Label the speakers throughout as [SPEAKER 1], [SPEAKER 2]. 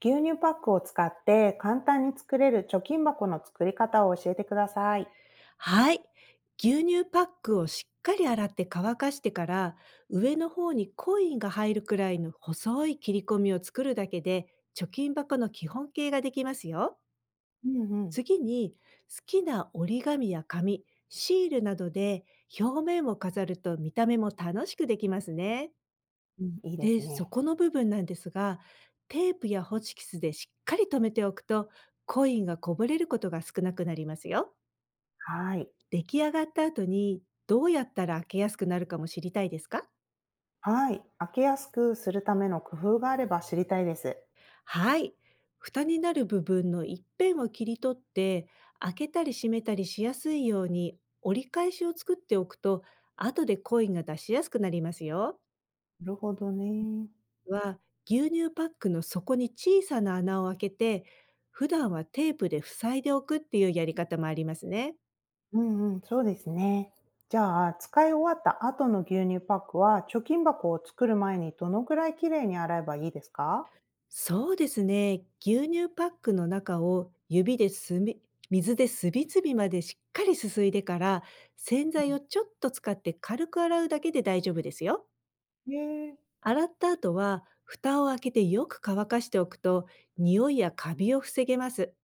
[SPEAKER 1] 牛乳パックを使って簡単に作れる貯金箱の作り方を教えてください。
[SPEAKER 2] はい。牛乳パックをしっかり洗って乾かしてから、上の方にコインが入るくらいの細い切り込みを作るだけで、貯金箱の基本形ができますよ。
[SPEAKER 1] うんうん。
[SPEAKER 2] 次に、好きな折り紙や紙、シールなどで表面を飾ると見た目も楽しくできますね。
[SPEAKER 1] うん、いいです
[SPEAKER 2] で、そ
[SPEAKER 1] ね。
[SPEAKER 2] この部分なんですが、テープやホチキスでしっかり留めておくと、コインがこぼれることが少なくなりますよ。
[SPEAKER 1] はい。
[SPEAKER 2] 出来上がった後に、どうやったら開けやすくなるかも知りたいですか？
[SPEAKER 1] はい。開けやすくするための工夫があれば知りたいです。
[SPEAKER 2] はい。蓋になる部分の一辺を切り取って、開けたり閉めたりしやすいように折り返しを作っておくと、後でコインが出しやすくなりますよ。
[SPEAKER 1] なるほどね。
[SPEAKER 2] は、牛乳パックの底に小さな穴を開けて、普段はテープで塞いでおくっていうやり方もありますね。
[SPEAKER 1] うんうん、そうですね。じゃあ、使い終わった後の牛乳パックは、貯金箱を作る前にどのくらいきれいに洗えばいいですか？
[SPEAKER 2] そうですね。牛乳パックの中を指ですみ水ですびつびまでしっかりすすいでから、洗剤
[SPEAKER 1] う
[SPEAKER 2] をちょっと使って軽く洗うだけで大丈夫ですよ。
[SPEAKER 1] ん、へえ。
[SPEAKER 2] 洗った後は、蓋を開けてよく乾かしておくと、匂いやカビを防げます。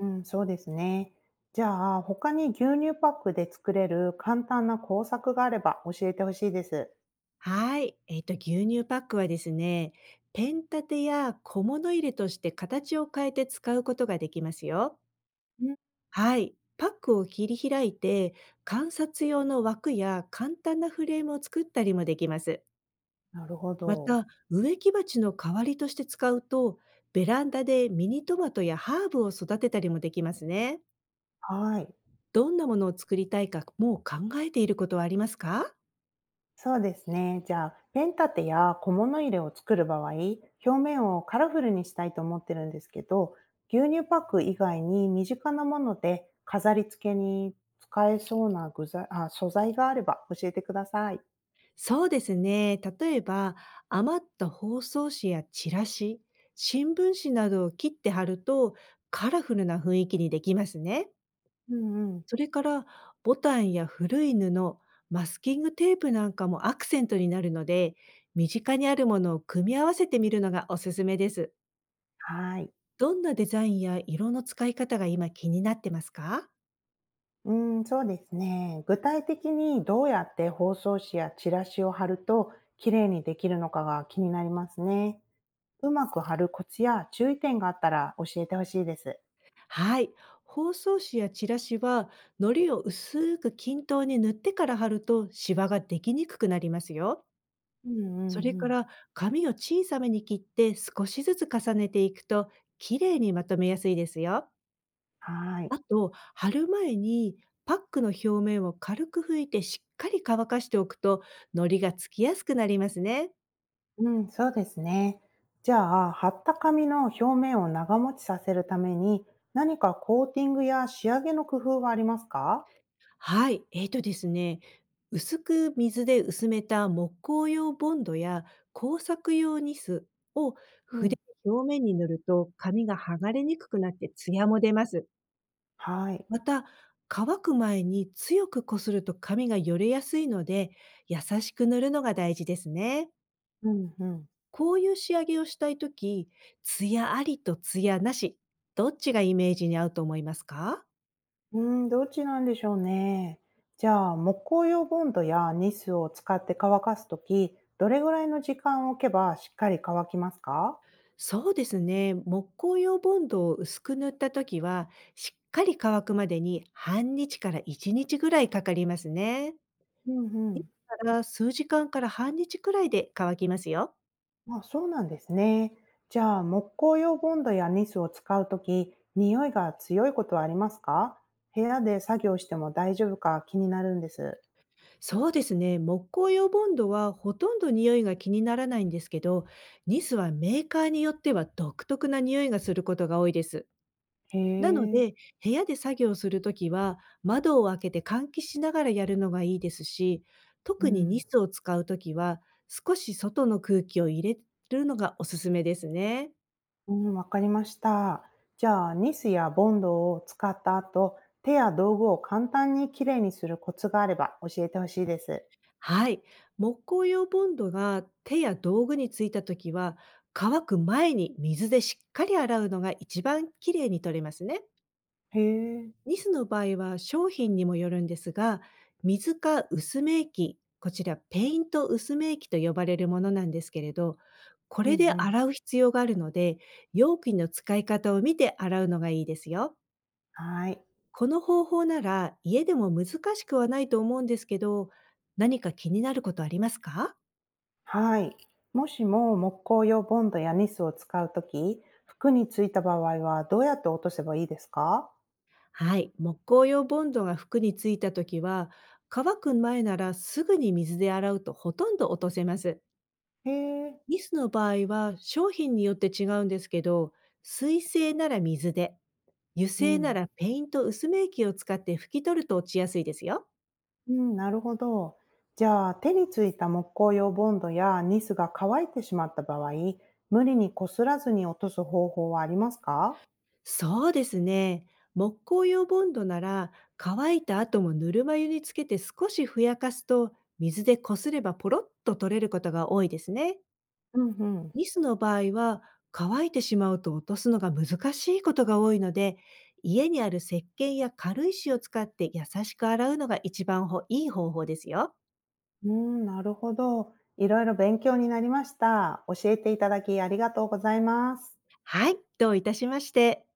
[SPEAKER 1] うん、そうですね。じゃあ、他に牛乳パックで作れる簡単な工作があれば教えてほしいです。
[SPEAKER 2] はい。牛乳パックはですね、ペン立てや小物入れとして形を変えて使うことができますよ。
[SPEAKER 1] うん、
[SPEAKER 2] はい。パックを切り開いて、観察用の枠や簡単なフレームを作ったりもできます。
[SPEAKER 1] なるほ
[SPEAKER 2] ま
[SPEAKER 1] ど。
[SPEAKER 2] た、植木鉢の代わりとして使うと、ベランダでミニトマトやハーブを育てたりもできますね。
[SPEAKER 1] はい。
[SPEAKER 2] どんなものを作りたいか、もう考えていることはありますか？
[SPEAKER 1] そうですね。じゃあ、ペン立てや小物入れを作る場合、表面をカラフルにしたいと思ってるんですけど、牛乳パック以外に身近なもので飾り付けに使えそうな具材あ素材があれば教えてください。
[SPEAKER 2] そうですね。例えば、余った包装紙やチラシ、新聞紙などを切って貼ると、カラフルな雰囲気にできますね。
[SPEAKER 1] うんうん。
[SPEAKER 2] それから、ボタンや古い布、マスキングテープなんかもアクセントになるので、身近にあるものを組み合わせてみるのがおすすめです。
[SPEAKER 1] はい。
[SPEAKER 2] どんなデザインや色の使い方が今気になってますか？
[SPEAKER 1] うん、そうですね。具体的にどうやって包装紙やチラシを貼ると綺麗にできるのかが気になりますね。うまく貼るコツや注意点があったら教えてほしいです。
[SPEAKER 2] はい。包装紙やチラシは、糊を薄く均等に塗ってから貼るとシワができにくくなりますよ。
[SPEAKER 1] うんうん
[SPEAKER 2] それ
[SPEAKER 1] う
[SPEAKER 2] か
[SPEAKER 1] ん。
[SPEAKER 2] ら、紙を小さめに切って少しずつ重ねていくと、綺麗にまとめやすいですよ。
[SPEAKER 1] はい。
[SPEAKER 2] あと、貼る前にパックの表面を軽く拭いてしっかり乾かしておくと、糊がつきやすくなりますね。
[SPEAKER 1] うん、そうですね。じゃあ、貼った紙の表面を長持ちさせるために何かコーティングや仕上げの工夫はありますか？
[SPEAKER 2] はい、ですね、薄く水で薄めた木工用ボンドや工作用ニスを
[SPEAKER 1] うん。
[SPEAKER 2] 筆の表面に塗ると、紙が剥がれにくくなって艶も出ます。
[SPEAKER 1] はい。
[SPEAKER 2] また、乾く前に強くこすると紙がよれやすいので、優しく塗るのが大事ですね。
[SPEAKER 1] うんうん。
[SPEAKER 2] こういう仕上げをしたいとき、ツヤありとツヤなし、どっちがイメージに合うと思いますか？
[SPEAKER 1] うーん、どっちなんでしょうね。じゃあ、木工用ボンドやニスを使って乾かすとき、どれぐらいの時間を置けばしっかり乾きますか？
[SPEAKER 2] そうですね。木工用ボンドを薄く塗ったときは、しっかり乾くまでに半日から1日ぐらいかかりますね。
[SPEAKER 1] うんう
[SPEAKER 2] いつ
[SPEAKER 1] ん。
[SPEAKER 2] から数時間から半日くらいで乾きますよ。
[SPEAKER 1] まあ、そうなんですね。じゃあ、木工用ボンドやニスを使うとき、匂いが強いことはありますか？部屋で作業しても大丈夫か気になるんです。
[SPEAKER 2] そうですね。木工用ボンドはほとんど匂いが気にならないんですけど、ニスはメーカーによっては独特な匂いがすることが多いです。
[SPEAKER 1] へ
[SPEAKER 2] なの
[SPEAKER 1] え。
[SPEAKER 2] で、部屋で作業するときは、窓を開けて換気しながらやるのがいいですし、
[SPEAKER 1] う
[SPEAKER 2] 特にニ
[SPEAKER 1] ん。
[SPEAKER 2] スを使うときは、少し外の空気を入れるのがおすすめですね。
[SPEAKER 1] うん、わかりました。じゃあ、ニスやボンドを使った後、手や道具を簡単にきれいにするコツがあれば教えてほしいです。
[SPEAKER 2] はい。木工用ボンドが手や道具についたときは、乾く前に水でしっかり洗うのが一番きれいに取れますね。
[SPEAKER 1] へえ。
[SPEAKER 2] ニスの場合は商品にもよるんですが、水か薄め液、こちらペイント薄め液と呼ばれるものなんですけれど、こ
[SPEAKER 1] う
[SPEAKER 2] れ
[SPEAKER 1] ん
[SPEAKER 2] で
[SPEAKER 1] うん。
[SPEAKER 2] 洗う必要があるので、容器の使い方を見て洗うのがいいですよ。
[SPEAKER 1] はい。
[SPEAKER 2] この方法なら家でも難しくはないと思うんですけど、何か気になることありますか？
[SPEAKER 1] はい。もしも木工用ボンドやニスを使うとき、服についた場合はどうやって落とせばいいですか？
[SPEAKER 2] はい、木工用ボンドが服についた時は、乾く前ならすぐに水で洗うとほとんど落とせます。
[SPEAKER 1] へえ。
[SPEAKER 2] リスの場合は商品によって違うんですけど、水性なら水で、油
[SPEAKER 1] う
[SPEAKER 2] 性な
[SPEAKER 1] ん。
[SPEAKER 2] らペイント薄め液を使って拭き取ると落ちやすいですよ。
[SPEAKER 1] うん、なるほど。じゃあ、手についた木工用ボンドやニスが乾いてしまった場合、無理にこすらずに落とす方法はありますか？
[SPEAKER 2] そうですね。木工用ボンドなら、乾いた後もぬるま湯につけて少しふやかすと、水でこすればポロッと取れることが多いですね。
[SPEAKER 1] うんうん。
[SPEAKER 2] リスの場合は、乾いてしまうと落とすのが難しいことが多いので、家にある石鹸や軽石を使って優しく洗うのが一番ほいい方法ですよ。
[SPEAKER 1] うん、なるほど。いろいろ勉強になりました。教えていただきありがとうございます。
[SPEAKER 2] はい、どういたしまして。